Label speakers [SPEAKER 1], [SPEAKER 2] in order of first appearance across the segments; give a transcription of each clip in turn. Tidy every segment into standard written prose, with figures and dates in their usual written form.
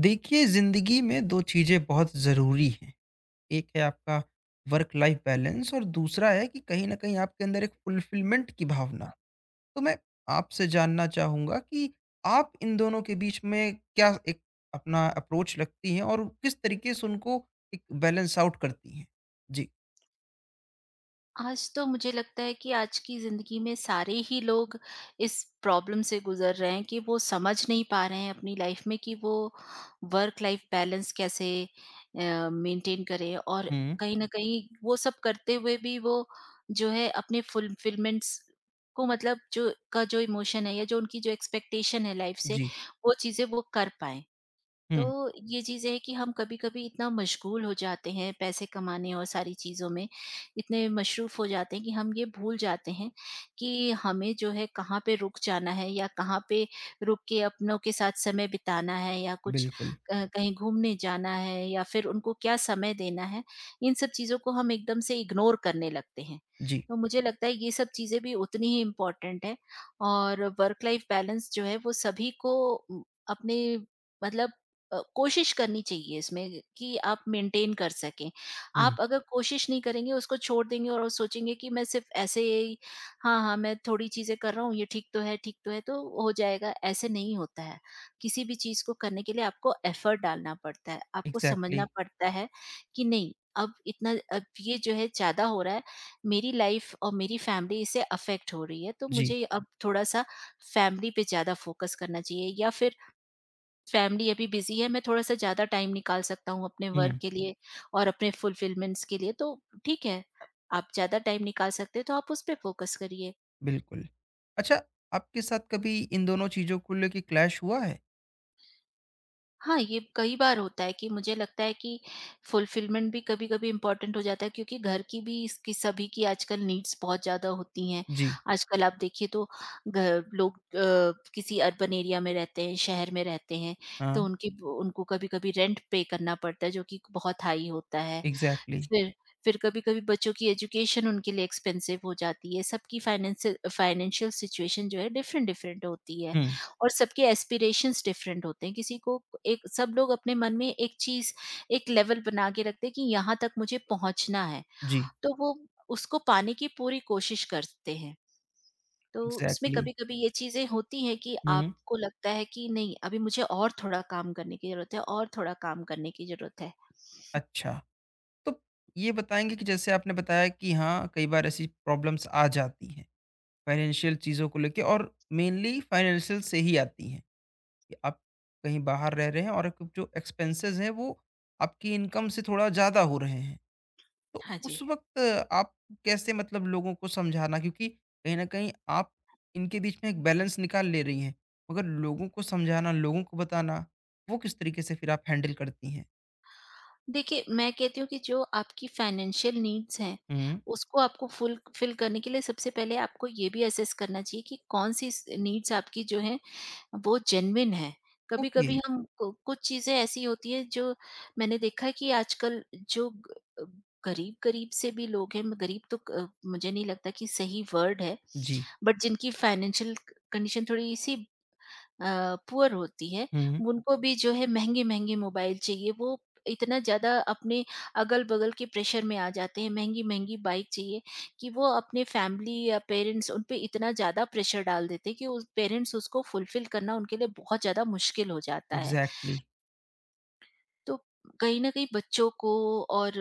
[SPEAKER 1] देखिए ज़िंदगी में दो चीज़ें बहुत ज़रूरी हैं। एक है आपका वर्क लाइफ़ बैलेंस और दूसरा है कि कहीं न कहीं आपके अंदर एक फुलफ़िलमेंट की भावना। तो मैं आपसे जानना चाहूँगा कि आप इन दोनों के बीच में क्या एक अपना अप्रोच रखती हैं और किस तरीके से उनको एक बैलेंस आउट करती हैं? जी।
[SPEAKER 2] आज तो मुझे लगता है कि आज की ज़िंदगी में सारे ही लोग इस प्रॉब्लम से गुज़र रहे हैं कि वो समझ नहीं पा रहे हैं अपनी लाइफ में कि वो वर्क लाइफ बैलेंस कैसे मेंटेन करें और
[SPEAKER 1] हुँ,
[SPEAKER 2] कहीं न कहीं वो सब करते हुए भी वो जो है अपने फुलफिलमेंट्स को मतलब जो इमोशन है या जो उनकी जो एक्सपेक्टेशन है लाइफ से,
[SPEAKER 1] जी।
[SPEAKER 2] वो चीज़ें वो कर पाएँ। तो
[SPEAKER 1] हुँ,
[SPEAKER 2] ये चीज़ है कि हम कभी-कभी इतना मशगूल हो जाते हैं पैसे कमाने और सारी चीज़ों में, इतने मशरूफ़ हो जाते हैं कि हम ये भूल जाते हैं कि हमें जो है कहाँ पे रुक जाना है या कहाँ पे रुक के अपनों के साथ समय बिताना है या कुछ
[SPEAKER 1] बिल्कुल।
[SPEAKER 2] कहीं घूमने जाना है या फिर उनको क्या समय देना है। इन सब चीज़ों को हम एकदम से इग्नोर करने लगते हैं।
[SPEAKER 1] जी।
[SPEAKER 2] तो मुझे लगता है ये सब चीज़ें भी उतनी ही इम्पोर्टेंट है, और वर्क लाइफ बैलेंस जो है वो सभी को उम, अपने मतलब कोशिश करनी चाहिए इसमें कि आप मेंटेन कर सकें।
[SPEAKER 1] हुँ,
[SPEAKER 2] आप अगर कोशिश नहीं करेंगे, उसको छोड़ देंगे और सोचेंगे कि मैं सिर्फ़ ऐसे ही हाँ, हाँ, मैं थोड़ी चीज़ें कर रहा हूँ, ये ठीक तो है, तो हो जाएगा, ऐसे नहीं होता है। किसी भी चीज़ को करने के लिए आपको एफ़र्ट डालना पड़ता है, आपको
[SPEAKER 1] एग्ज़ैक्टली।
[SPEAKER 2] समझना पड़ता है कि नहीं, अब ये जो है ज़्यादा हो रहा है, मेरी लाइफ़ और मेरी फैमिली इससे अफ़ेक्ट हो रही है, तो
[SPEAKER 1] जी।
[SPEAKER 2] मुझे अब थोड़ा-सा फैमिली पे ज़्यादा फ़ोकस करना चाहिए, या फिर फैमिली अभी बिज़ी है, मैं थोड़ा-सा ज़्यादा टाइम निकाल सकता हूँ अपने वर्क
[SPEAKER 1] हुँ,
[SPEAKER 2] के लिए और अपने फुलफिलमेंट्स के लिए, तो ठीक है, आप ज़्यादा टाइम निकाल सकते हैं, तो आप उस पे फ़ोकस करिए।
[SPEAKER 1] बिल्कुल। अच्छा, आपके साथ कभी इन दोनों चीज़ों को लेके क्लैश हुआ है?
[SPEAKER 2] हाँ, ये कई बार होता है कि मुझे लगता है कि फुलफिलमेंट भी कभी-कभी इम्पोर्टेंट हो जाता है, क्योंकि घर की भी इसकी सभी की आजकल नीड्स बहुत ज़्यादा होती हैं।
[SPEAKER 1] जी।
[SPEAKER 2] आजकल आप देखिए तो घ लोग किसी अर्बन एरिया में रहते हैं, शहर में रहते हैं,
[SPEAKER 1] हाँ,
[SPEAKER 2] तो उनकी उनको कभी-कभी रेंट पे करना पड़ता है जो कि बहुत हाई होता है।
[SPEAKER 1] एग्ज़ैक्टली।
[SPEAKER 2] फिर फिर कभी-कभी बच्चों की एजुकेशन उनके लिए एक्सपेंसिव हो जाती है। सबकी फाइनेंसियल फाइनेंशियल सिचुएशन जो है डिफरेंट-डिफरेंट होती है
[SPEAKER 1] हुँ,
[SPEAKER 2] और सबके एस्पिरेशंस डिफरेंट होते हैं। किसी को एक सब लोग अपने मन में एक लेवल बना के रखते हैं कि यहाँ तक मुझे पहुँचना है,
[SPEAKER 1] जी,
[SPEAKER 2] तो वो उसको पाने की पूरी कोशिश करते हैं। तो उसमें
[SPEAKER 1] एग्ज़ैक्टली।
[SPEAKER 2] कभी-कभी ये चीज़ें होती हैं कि
[SPEAKER 1] हुँ,
[SPEAKER 2] आपको लगता है कि नहीं, अभी मुझे और थोड़ा काम करने की ज़रूरत है और थोड़ा काम करने की ज़रूरत है।
[SPEAKER 1] अच्छा, तो ये बताएँगे कि जैसे आपने बताया कि हाँ, कई बार ऐसी प्रॉब्लम्स आ जाती हैं, फाइनेंशियल चीज़ों को लेके और मेनली फाइनेंशियल से ही आती हैं कि आप कहीं बाहर रह रहे हैं और एक जो एक्सपेंसेज़ हैं, वो आपकी इनकम से थोड़ा ज़्यादा हो रहे हैं। तो
[SPEAKER 2] हाँ जी।
[SPEAKER 1] उस वक़्त आप कैसे मतलब लोगों को समझाना क्योंकि कहीं न कहीं आप इनके बीच में एक बैलेंस निकाल ले रही हैं, मगर लोगों को समझाना, लोगों को बताना, वो किस तरीके से फिर आप हैंडल करती हैं?
[SPEAKER 2] देखिए, मैं कहती हूँ कि जो आपकी फाइनेंशियल नीड्स हैं,
[SPEAKER 1] हुँ।
[SPEAKER 2] उसको आपको फुल फिल करने के लिए सबसे पहले आपको ये भी असेस करना चाहिए कि कौन-सी स नीड्स आपकी जो हैं वो जेन्युइन है।
[SPEAKER 1] ओके,
[SPEAKER 2] कभी-कभी हम कु कुछ चीज़ें ऐसी होती हैं जो मैंने देखा है कि आजकल जो ग अ, गरीब-गरीब से भी लोग हैं, गरीब तो क मुझे नहीं लगता कि सही वर्ड है,
[SPEAKER 1] जी।
[SPEAKER 2] बट जिनकी फाइनेंशियल कंडीशन थोड़ी-सी पुअर होती है,
[SPEAKER 1] हुँ।
[SPEAKER 2] उनको भी जो है महँगे-महँगे मोबाइल चाहिए, वो इतना ज़्यादा अपने अगल-बगल के प्रेशर में आ जाते हैं, महँगी-महँगी बाइक चाहिए कि वो अपने फैमिली या पेरेंट्स उन पे इतना ज़्यादा प्रेशर डाल देते हैं कि उस पेरेंट्स उसको फुलफ़िल करना उनके लिए बहुत ज़्यादा मुश्किल हो जाता है।
[SPEAKER 1] एग्ज़ैक्टली।
[SPEAKER 2] तो कहीं न कहीं बच्चों को और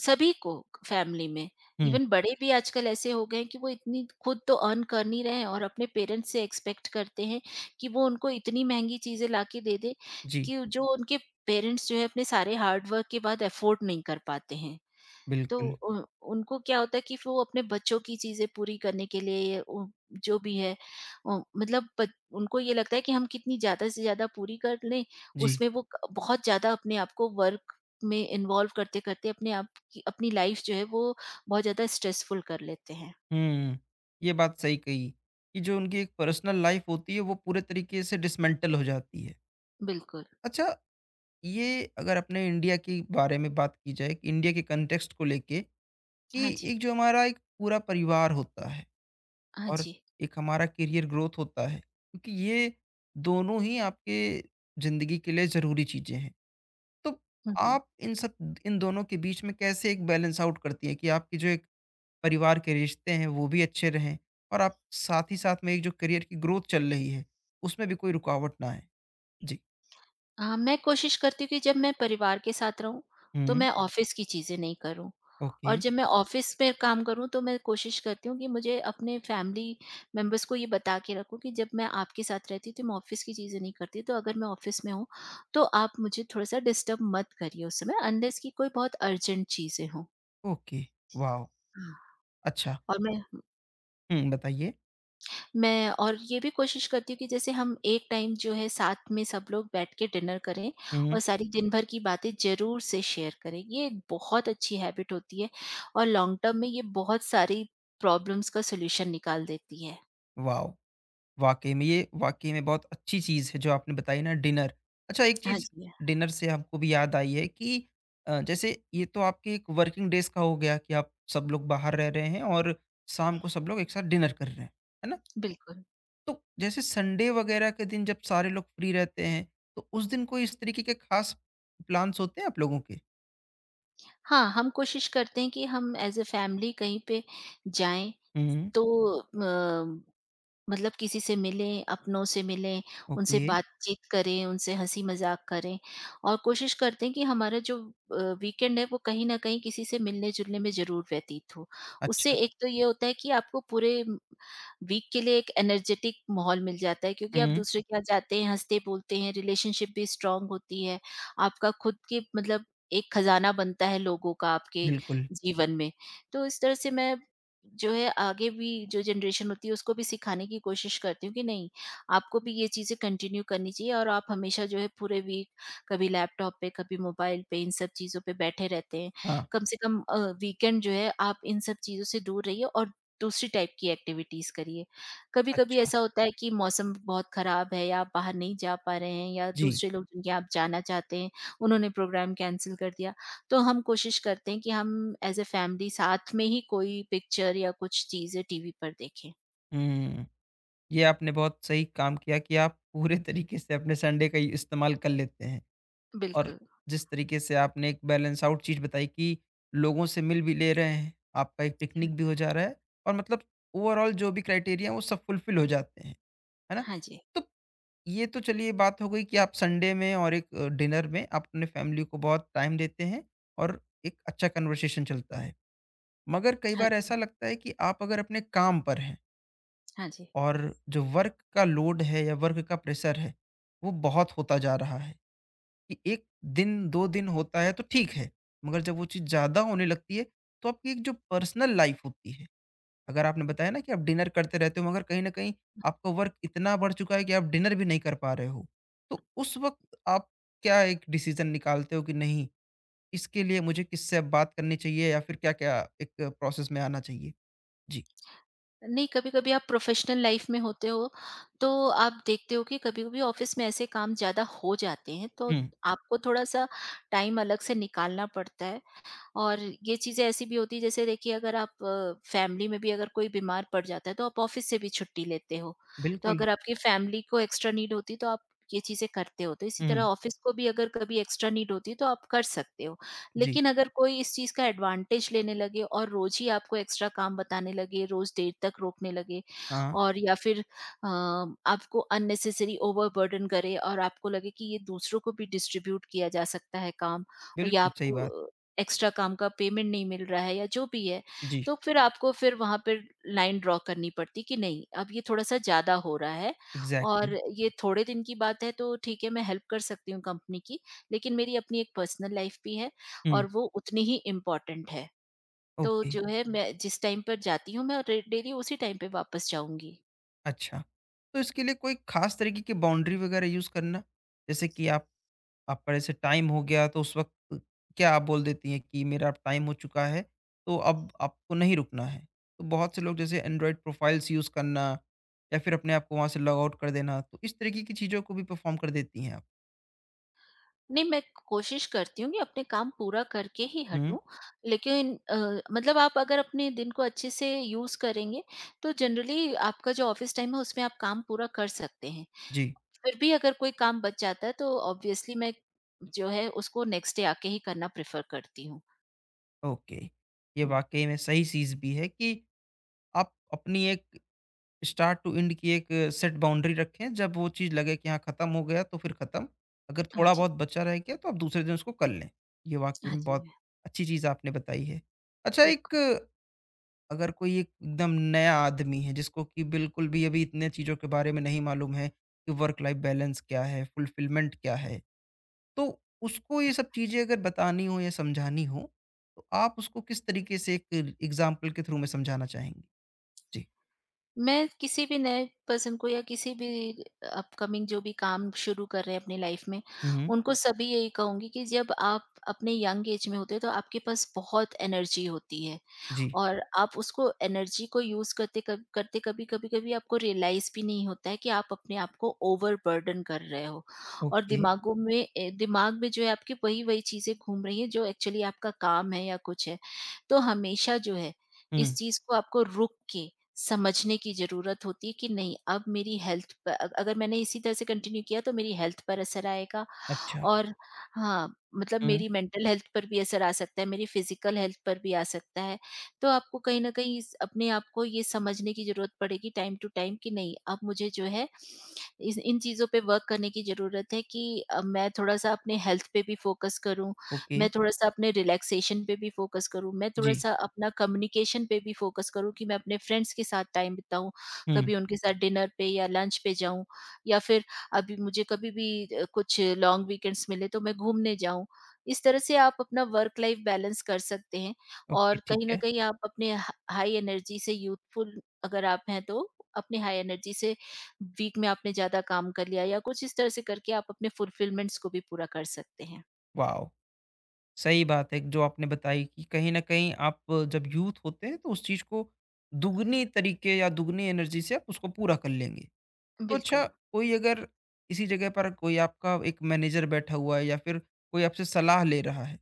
[SPEAKER 2] सभी को फैमिली में,
[SPEAKER 1] हुँ।
[SPEAKER 2] इवन बड़े भी आजकल ऐसे हो गए हैं कि वो इतनी खुद तो अर्न कर नहीं रहे हैं और अपने पेरेंट्स से एक्सपेक्ट करते हैं कि वो उनको इतनी महँगी चीज़ें ला के दे दें,
[SPEAKER 1] जी,
[SPEAKER 2] कि जो उनके पेरेंट्स जो है अपने सारे हार्ड वर्क के बाद अफ़ोर्ड नहीं कर पाते हैं। तो
[SPEAKER 1] बिल्कुल।
[SPEAKER 2] उ उनको क्या होता है कि फिर वो अपने बच्चों की चीज़ें पूरी करने के लिए उ जो भी है मतलब ब उनको ये लगता है कि हम कितनी ज़्यादा से ज़्यादा पूरी कर लें,
[SPEAKER 1] जी।
[SPEAKER 2] उसमें वो क बहुत ज़्यादा अपने आप को वर्क में इन्वॉल्व करते-करते अपने आप की अपनी लाइफ़ जो है वो बहुत ज़्यादा स्ट्रेसफुल कर लेते हैं।
[SPEAKER 1] हुँ, ये बात सही कही कि जो उनकी एक पर्सनल लाइफ़ होती है वो पूरे तरीके से डिसमेंटल हो जाती है।
[SPEAKER 2] बिल्कुल।
[SPEAKER 1] अच्छा, ये अगर अपने इंडिया के बारे में बात की जाए कि इंडिया के कॉन्टेक्स्ट को लेके कि
[SPEAKER 2] हाँ जी।
[SPEAKER 1] एक जो हमारा एक पूरा परिवार होता है
[SPEAKER 2] हाँ
[SPEAKER 1] और
[SPEAKER 2] जी।
[SPEAKER 1] एक हमारा करियर ग्रोथ होता है क्योंकि ये दोनों ही आपके ज़िंदगी के लिए ज़रूरी चीज़ें हैं। तो
[SPEAKER 2] हुँ, हुँ।
[SPEAKER 1] आप इन दोनों के बीच में कैसे एक बैलेंस आउट करती हैं कि आपके जो एक परिवार के रिश्ते हैं वो भी अच्छे रहें और आप साथ ही साथ में एक जो करियर की ग्रोथ चल रही है, उसमें भी कोई रुकावट ना आए? जी।
[SPEAKER 2] हाँ, मैं कोशिश करती हूँ कि जब मैं परिवार के साथ रहूँ, तो
[SPEAKER 1] हुँ,
[SPEAKER 2] मैं हुँ। ऑफ़िस की चीज़ें नहीं करूँ,
[SPEAKER 1] ओके,
[SPEAKER 2] और जब मैं ऑफ़िस में काम करूँ, तो मैं कोशिश करती हूँ कि मुझे अपने फैमिली मेंबर्स को ये बता के रखूँ कि जब मैं आपके साथ रहती हूँ, तो मैं ऑफ़िस की चीज़ें नहीं करती, तो अगर मैं ऑफ़िस में हूँ, तो आप मुझे थोड़ा-सा डिस्टर्ब मत करिए उस समय, अनलेस कि कोई बहुत अर्जेंट चीज़ें हों।
[SPEAKER 1] Okay, wow!
[SPEAKER 2] हाँ।
[SPEAKER 1] अच्छा।
[SPEAKER 2] और मैं
[SPEAKER 1] हुँ, बताइए।
[SPEAKER 2] मैं ये भी कोशिश करती हूँ कि जैसे हम एक टाइम जो है साथ में सब लोग बैठ के डिनर करें
[SPEAKER 1] हुँ,
[SPEAKER 2] और सारी दिन भर की बातें ज़रूर से शेयर करें। ये एक बहुत अच्छी हैबिट होती है और लॉन्ग टर्म में ये बहुत सारी प्रॉब्लम्स का सॉल्यूशन निकाल देती है।
[SPEAKER 1] वॉव! वाक़ई में बहुत अच्छी चीज़ है जो आपने बताई ना डिनर। अच्छा एक
[SPEAKER 2] हाँ
[SPEAKER 1] चीज़
[SPEAKER 2] जी, हाँ।
[SPEAKER 1] डिनर से हमको भी याद आई है कि जैसे ये तो आपके एक वर्किंग डेज़ का हो गया कि आप सब लोग बाहर रह रहे हैं और शाम को सब लोग एक साथ डिनर कर रहे हैं, है ना?
[SPEAKER 2] बिल्कुल।
[SPEAKER 1] तो जैसे संडे वग़ैरह के दिन जब सारे लोग फ्री रहते हैं, तो उस दिन कोई इस तरीके के ख़ास प्लान्स होते हैं आप लोगों के?
[SPEAKER 2] हाँ, हम कोशिश करते हैं कि हम एज़ अ फैमिली कहीं पे जाएँ,
[SPEAKER 1] हुँ,
[SPEAKER 2] तो अ, मतलब किसी से मिलें, अपनों से मिलें, उनसे
[SPEAKER 1] ओके,
[SPEAKER 2] बातचीत करें, उनसे हँसी मज़ाक करें, और कोशिश करते हैं कि हमारा जो अ, वीकेंड है वो कहीं न कहीं किसी से मिलने-जुलने में ज़रूर व्यतीत हो। उससे
[SPEAKER 1] अच्छा।
[SPEAKER 2] एक तो ये होता है कि आपको पूरे वीक के लिए एक एनर्जेटिक माहौल मिल जाता है, क्योंकि आप
[SPEAKER 1] हुँ,
[SPEAKER 2] दूसरे के यहाँ जाते हैं, हँसते बोलते हैं, रिलेशनशिप भी स्ट्रॉन्ग होती है। आपका खुद के मतलब एक खज़ाना बनता है लोगों का आपके
[SPEAKER 1] बिल्कुल।
[SPEAKER 2] जीवन में। तो इस तरह से मैं जो है आगे भी जो जनरेशन होती है उसको भी सिखाने की कोशिश करती हूँ कि नहीं, आपको भी ये चीजें कंटिन्यू करनी चाहिए। और आप हमेशा जो है पूरे वीक कभी लैपटॉप पे कभी मोबाइल पे इन सब चीजों पे बैठे रहते हैं,
[SPEAKER 1] हाँ,
[SPEAKER 2] कम से कम वीकेंड जो है आप इन सब चीजों से दूर रहिए और दूसरी टाइप की एक्टिविटीज करिए। कभी कभी
[SPEAKER 1] अच्छा।
[SPEAKER 2] ऐसा होता है कि मौसम बहुत खराब है या आप बाहर नहीं जा पा रहे हैं या
[SPEAKER 1] जी।
[SPEAKER 2] दूसरे लोग जिनके आप जाना चाहते हैं उन्होंने प्रोग्राम कैंसिल कर दिया, तो हम कोशिश करते हैं कि हम एज़ अ फैमिली साथ में ही कोई पिक्चर या कुछ चीज़ें टीवी पर देखें।
[SPEAKER 1] हुँ। ये आपने बहुत सही काम किया कि आप पूरे तरीके से अपने संडे का ही इस्तेमाल कर लेते हैं और
[SPEAKER 2] बिल्कुल।
[SPEAKER 1] जिस तरीके से आपने एक बैलेंस आउट चीज़ बताई कि लोगों से मिल भी ले रहे हैं, आपका एक
[SPEAKER 2] हाँ,
[SPEAKER 1] पिकनिक भी हो जा रहा है और मतलब ओवरऑल जो भी क्राइटेरिया है वो सब फुलफिल हो जाते हैं, है ना?
[SPEAKER 2] हाँ जी,
[SPEAKER 1] तो ये तो चलिए बात हो गई कि आप संडे में और एक डिनर में आप अपने फैमिली को बहुत टाइम देते हैं और एक अच्छा कन्वर्सेशन चलता है। मगर कई
[SPEAKER 2] हाँ
[SPEAKER 1] बार
[SPEAKER 2] जी,
[SPEAKER 1] ऐसा लगता है कि आप अगर अपने काम पर हैं
[SPEAKER 2] हाँ जी।
[SPEAKER 1] और जो वर्क का लोड है या वर्क का प्रेशर है, वो बहुत होता जा रहा है कि 1 दिन, 2 दिन होता है तो ठीक है, मगर जब वो चीज़ ज़्यादा होने लगती है, तो आपकी एक जो पर्सनल लाइफ़ होती है, अगर आपने बताया ना कि आप डिनर करते रहते हो मगर कहीं न कहीं आपका वर्क इतना बढ़ चुका है कि आप डिनर भी नहीं कर पा रहे हो, तो उस वक़्त आप क्या एक डिसीज़न निकालते हो कि नहीं, इसके लिए मुझे किससे अब बात करनी चाहिए या फिर क्या-क्या एक प्रोसेस में आना चाहिए? जी।
[SPEAKER 2] नहीं, कभी-कभी आप प्रोफ़ेशनल लाइफ़ में होते हो, तो आप देखते हो कि कभी-कभी ऑफ़िस में ऐसे काम ज़्यादा हो जाते हैं, तो
[SPEAKER 1] हुँ,
[SPEAKER 2] आपको थोड़ा-सा टाइम अलग से निकालना पड़ता है। और ये चीज़ें ऐसी भी होती है, जैसे देखिए अगर आप फैमिली में भी अगर कोई बीमार पड़ जाता है तो आप ऑफिस से भी छुट्टी लेते हो। तो
[SPEAKER 1] बिल्कुल।
[SPEAKER 2] अगर आपकी फैमिली को एक्स्ट्रा नीड होती है तो आप ये चीज़ें करते हो। तो इसी
[SPEAKER 1] हुँ,
[SPEAKER 2] तरह
[SPEAKER 1] हुँ।
[SPEAKER 2] ऑफिस को भी अगर कभी एक्स्ट्रा नीड होती है तो आप कर सकते हो।
[SPEAKER 1] जी।
[SPEAKER 2] लेकिन अगर कोई इस चीज़ का एडवांटेज लेने लगे और रोज़ ही आपको एक्स्ट्रा काम बताने लगे, रोज़ देर तक रोकने लगे,
[SPEAKER 1] हाँ, हाँ।
[SPEAKER 2] और या फिर आपको अननेसेसरी ओवरबर्डन करे और आपको लगे कि ये दूसरों को भी डिस्ट्रीब्यूट किया जा सकता है काम, और या
[SPEAKER 1] बिल्कुल, सही बात।
[SPEAKER 2] आपको एक्स्ट्रा काम का पेमेंट नहीं मिल रहा है या जो भी है,
[SPEAKER 1] जी,
[SPEAKER 2] तो फिर आपको फिर वहाँ पे लाइन ड्रॉ करनी पड़ती कि नहीं, अब ये थोड़ा-सा ज़्यादा हो रहा है,
[SPEAKER 1] इग्ज़ैक्टली।
[SPEAKER 2] और ये थोड़े दिन की बात है तो ठीक है, मैं हेल्प कर सकती हूँ कंपनी की, लेकिन मेरी अपनी एक पर्सनल लाइफ भी है
[SPEAKER 1] हुँ,
[SPEAKER 2] और वो उतनी ही इम्पोर्टेंट है। तो
[SPEAKER 1] ओके,
[SPEAKER 2] जो है मैं जिस टाइम पर जाती हूँ मैं रे डेली उसी टाइम पे वापस जाऊँगी।
[SPEAKER 1] अच्छा। तो इसके लिए कोई ख़ास तरीके की बाउंड्री वग़ैरह यूज़ करना? जैसे कि आप आपका जैसे टाइम हो गया तो उस वक़्त क्या आप बोल देती हैं कि मेरा अब टाइम हो चुका है, तो अब आपको नहीं रुकना है? तो बहुत से लोग जैसे एंड्रॉयड प्रोफ़ाइल्स यूज़ करना या फिर अपने आप को वहाँ से लॉग आउट कर देना, तो इस तरीके की चीज़ों को भी परफ़ॉर्म कर देती हैं आप?
[SPEAKER 2] नहीं, मैं कोशिश करती हूँ कि अपने काम पूरा करके ही
[SPEAKER 1] हुँ।
[SPEAKER 2] हटूँ, लेकिन मतलब आप अगर अपने दिन को अच्छे से यूज़ करेंगे, तो जनरली आपका जो ऑफ़िस टाइम है, उसमें आप काम पूरा कर सकते हैं।
[SPEAKER 1] जी,
[SPEAKER 2] फिर भी अगर कोई काम बच जाता है, तो ऑब्वियसली मैं जो है, उसको नेक्स्ट डे आके ही करना प्रेफ़र करती हूँ।
[SPEAKER 1] ओके। ये
[SPEAKER 2] हुँ।
[SPEAKER 1] वाक़ई में सही चीज़ भी है कि आप अपनी एक स्टार्ट टू एंड की एक सेट बाउंड्री रखें, जब वो चीज़ लगे कि हाँ, ख़त्म हो गया तो फिर ख़त्म, अगर
[SPEAKER 2] हाँ
[SPEAKER 1] थोड़ा
[SPEAKER 2] जी।
[SPEAKER 1] बहुत बचा रह गया तो आप दूसरे दिन उसको कर लें। ये वाक़ई
[SPEAKER 2] हाँ
[SPEAKER 1] में
[SPEAKER 2] जी,
[SPEAKER 1] बहुत अच्छी चीज़ आपने बताई है। अच्छा एक
[SPEAKER 2] बिल्कुल।
[SPEAKER 1] अगर कोई एक एकदम नया आदमी है जिसको कि बिल्कुल भी अभी इतने चीज़ों के बारे में नहीं मालूम है कि वर्क लाइफ़ बैलेंस क्या है, फुलफ़िलमेंट क्या है? तो उसको ये सब चीज़ें अगर बतानी हो या समझानी हो, तो आप उसको किस तरीके से एक एग्ज़ाम्पल के थ्रू में समझाना चाहेंगी? जी।
[SPEAKER 2] मैं किसी भी नए पर्सन को या किसी भी अपकमिंग जो भी काम शुरू कर रहे हैं अपनी लाइफ में,
[SPEAKER 1] हुँ, हुँ।
[SPEAKER 2] उनको हुँ। सभी यही कहूँगी कि जब आप अपने यंग एज में होते हो तो आपके पास बहुत एनर्जी होती है।
[SPEAKER 1] जी।
[SPEAKER 2] और आप उसको एनर्जी को यूज़ करते कब करते कभी कभी-कभी आपको रियलाइज़ भी नहीं होता है कि आप अपने आप को ओवरबर्डन कर रहे हो, और
[SPEAKER 1] ओके।
[SPEAKER 2] दिमाग में जो है आपकी वही-वही चीज़ें घूम रही हैं जो एक्चुअली आपका काम है या कुछ है। तो हमेशा जो है इस
[SPEAKER 1] हुँ।
[SPEAKER 2] चीज़ को आपको रुक के समझने की ज़रूरत होती है कि नहीं, अब मेरी हेल्थ प अ अगर मैंने इसी तरह से कंटिन्यू किया तो मेरी हेल्थ पर असर आएगा,
[SPEAKER 1] अच्छा,
[SPEAKER 2] और हाँ, मतलब
[SPEAKER 1] हुँ,
[SPEAKER 2] मेरी मेंटल हेल्थ पर भी असर आ सकता है, मेरी फिज़िकल हेल्थ पर भी आ सकता है। तो आपको कहीं न कहीं इस अपने आप को ये समझने की ज़रूरत पड़ेगी टाइम टू टाइम कि नहीं, अब मुझे जो है इस इन चीज़ों पे वर्क करने की ज़रूरत है कि मैं थोड़ा-सा अपने हेल्थ पे भी फ़ोकस करूँ,
[SPEAKER 1] ओके,
[SPEAKER 2] मैं थोड़ा-सा अपने रिलैक्सेशन पे भी फ़ोकस करूँ, मैं
[SPEAKER 1] जी,
[SPEAKER 2] थोड़ा-सा अपना कम्युनिकेशन पे भी फ़ोकस करूँ कि मैं अपने फ्रेंड्स के साथ टाइम बिताऊँ,
[SPEAKER 1] हुँ,
[SPEAKER 2] कभी उनके साथ डिनर पे या लंच पे जाऊँ, या फिर अभी मुझे कभी भी कुछ लॉन्ग वीकेंड्स मिले तो मैं घूमने जाऊँ। इस तरह से आप अपना वर्क लाइफ़ बैलेंस कर सकते हैं,
[SPEAKER 1] ओके,
[SPEAKER 2] और
[SPEAKER 1] ठीक
[SPEAKER 2] कहीं न
[SPEAKER 1] है।
[SPEAKER 2] कहीं आप अपने हा हाई एनर्जी से यूथफुल अगर आप हैं तो अपने हाई एनर्जी से वीक में आपने ज़्यादा काम कर लिया या कुछ इस तरह से करके आप अपने फुलफिलमेंट्स को भी पूरा कर सकते हैं।
[SPEAKER 1] वॉव! सही बात है जो आपने बताई कि कहीं न कहीं आप जब यूथ होते हैं तो उस चीज़ को दुगनी तरीके या दुगनी एनर्जी से आप उसको पूरा कर लेंगे। तो अच्छा
[SPEAKER 2] बिल्कुल।
[SPEAKER 1] कोई अगर किसी जगह पर कोई आपका एक मैनेजर बैठा हुआ है या फिर कोई आपसे सलाह ले रहा है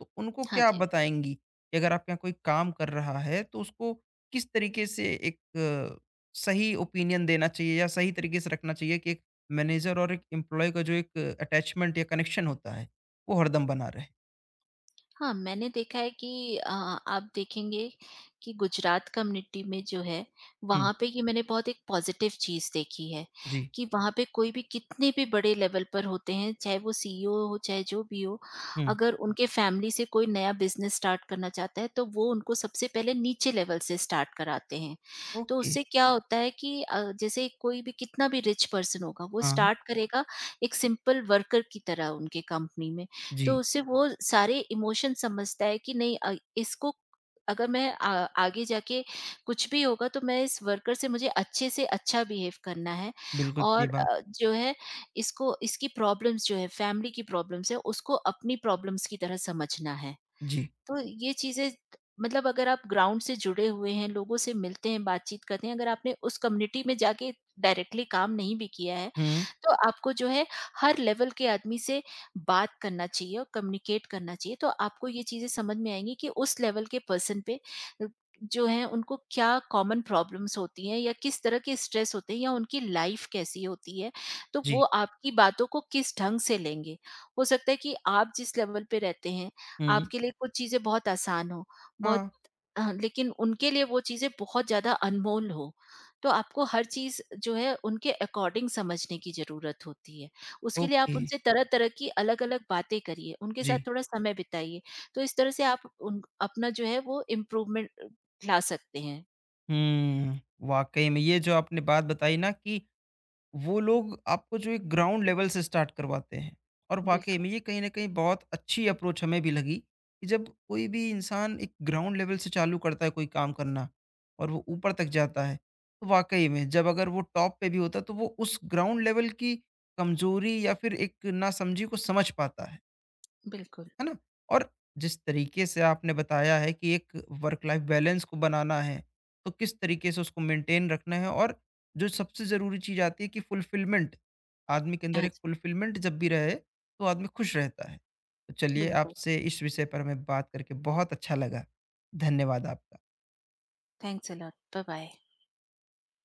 [SPEAKER 1] तो उनको
[SPEAKER 2] हाँ
[SPEAKER 1] क्या आप
[SPEAKER 2] जी।
[SPEAKER 1] बताएंगी कि अगर आपके यहाँ कोई काम कर रहा है तो उसको किस तरीके से एक अ, सही ओपिनियन देना चाहिए या सही तरीके से रखना चाहिए कि एक मैनेजर और एक एम्प्लॉय का जो एक अटैचमेंट या कनेक्शन होता है वो हरदम बना रहे।
[SPEAKER 2] हाँ, मैंने देखा है कि आप देखेंगे कि गुजरात कम्युनिटी में जो है,
[SPEAKER 1] हम्म।
[SPEAKER 2] वहाँ पे ये मैंने बहुत एक पॉज़िटिव चीज़ देखी है
[SPEAKER 1] जी।
[SPEAKER 2] कि वहाँ पे कोई भी कितने भी बड़े लेवल पर होते हैं, चाहे वो सीईओ हो, चाहे जो भी हो,
[SPEAKER 1] हम्म।
[SPEAKER 2] अगर उनके फैमिली से कोई नया बिज़नेस स्टार्ट करना चाहता है, तो वो उनको सबसे पहले नीचे लेवल से स्टार्ट कराते हैं। तो
[SPEAKER 1] ओके।
[SPEAKER 2] उससे क्या होता है कि जैसे कोई भी कितना भी रिच पर्सन होगा, वो
[SPEAKER 1] हाँ
[SPEAKER 2] स्टार्ट करेगा एक सिंपल वर्कर की तरह उनके कंपनी में।
[SPEAKER 1] जी।
[SPEAKER 2] तो उससे वो सारे इमोशन समझता है कि नहीं, इसको अगर मैं आगे जाके कुछ भी होगा तो मैं इस वर्कर से मुझे अच्छे से अच्छा बिहेव करना है,
[SPEAKER 1] बिल्कुल सही
[SPEAKER 2] और
[SPEAKER 1] बात।
[SPEAKER 2] जो है इसको इसकी प्रॉब्लम्स जो है फैमिली की प्रॉब्लम्स है उसको अपनी प्रॉब्लम्स की तरह समझना है।
[SPEAKER 1] जी।
[SPEAKER 2] तो ये चीज़ें मतलब अगर आप ग्राउंड से जुड़े हुए हैं, लोगों से मिलते हैं, बातचीत करते हैं, अगर आपने उस कम्युनिटी में जाके डायरेक्टली काम नहीं भी किया है,
[SPEAKER 1] हम्म।
[SPEAKER 2] तो आपको जो है हर लेवल के आदमी से बात करना चाहिए और कम्युनिकेट करना चाहिए। तो आपको ये चीज़ें समझ में आएँगी कि उस लेवल के पर्सन पे अ, जो है उनको क्या कॉमन प्रॉब्लम्स होती हैं या किस तरह के स्ट्रेस होते हैं या उनकी लाइफ़ कैसी होती है। तो
[SPEAKER 1] जी।
[SPEAKER 2] वो आपकी बातों को किस ढंग से लेंगे। हो सकता है कि आप जिस लेवल पे रहते हैं
[SPEAKER 1] हम्म।
[SPEAKER 2] आपके लिए कुछ चीज़ें बहुत आसान हो, बहुत
[SPEAKER 1] हाँ।
[SPEAKER 2] लेकिन उनके लिए वो चीज़ें बहुत ज़्यादा अनमोल हो। तो आपको हर चीज़ जो है उनके अकॉर्डिंग समझने की ज़रूरत होती है। उसके लिए
[SPEAKER 1] ओके।
[SPEAKER 2] आप उनसे तरह-तरह की अलग-अलग बातें करिए, उनके
[SPEAKER 1] जी।
[SPEAKER 2] साथ थोड़ा समय बिताइए। तो इस तरह से आप उन अपना जो है वो इम्प्रूवमेंट ला सकते हैं।
[SPEAKER 1] हुँ, वाक़ई में ये जो आपने बात बताई ना कि वो लोग आपको जो एक ग्राउंड लेवल से स्टार्ट करवाते हैं और वाक़ई
[SPEAKER 2] बिल्कुल,
[SPEAKER 1] में ये कहीं न कहीं बहुत अच्छी अप्रोच हमें भी लगी कि जब कोई भी इंसान एक ग्राउंड लेवल से चालू करता है कोई काम करना और वो ऊपर तक जाता है, तो वाक़ई में जब अगर वो टॉप पे भी होता है तो वो उस ग्राउंड लेवल की कमज़ोरी या फिर एक नासमझी को समझ पाता है।
[SPEAKER 2] बिल्कुल।
[SPEAKER 1] है ना? और जिस तरीके से आपने बताया है कि एक वर्क लाइफ बैलेंस को बनाना है, तो किस तरीके से उसको मेंटेन रखना है और जो सबसे ज़रूरी चीज़ आती है कि फ़ुलफ़िलमेंट, आदमी के अंदर
[SPEAKER 2] हाँ
[SPEAKER 1] एक
[SPEAKER 2] जी,
[SPEAKER 1] फ़ुलफ़िलमेंट जब भी रहे, तो आदमी खुश रहता है। तो चलिए
[SPEAKER 2] बिल्कुल।
[SPEAKER 1] आपसे इस विषय पर हमें बात करके बहुत अच्छा लगा। धन्यवाद आपका।
[SPEAKER 2] Thanks a lot. बाय-बाय।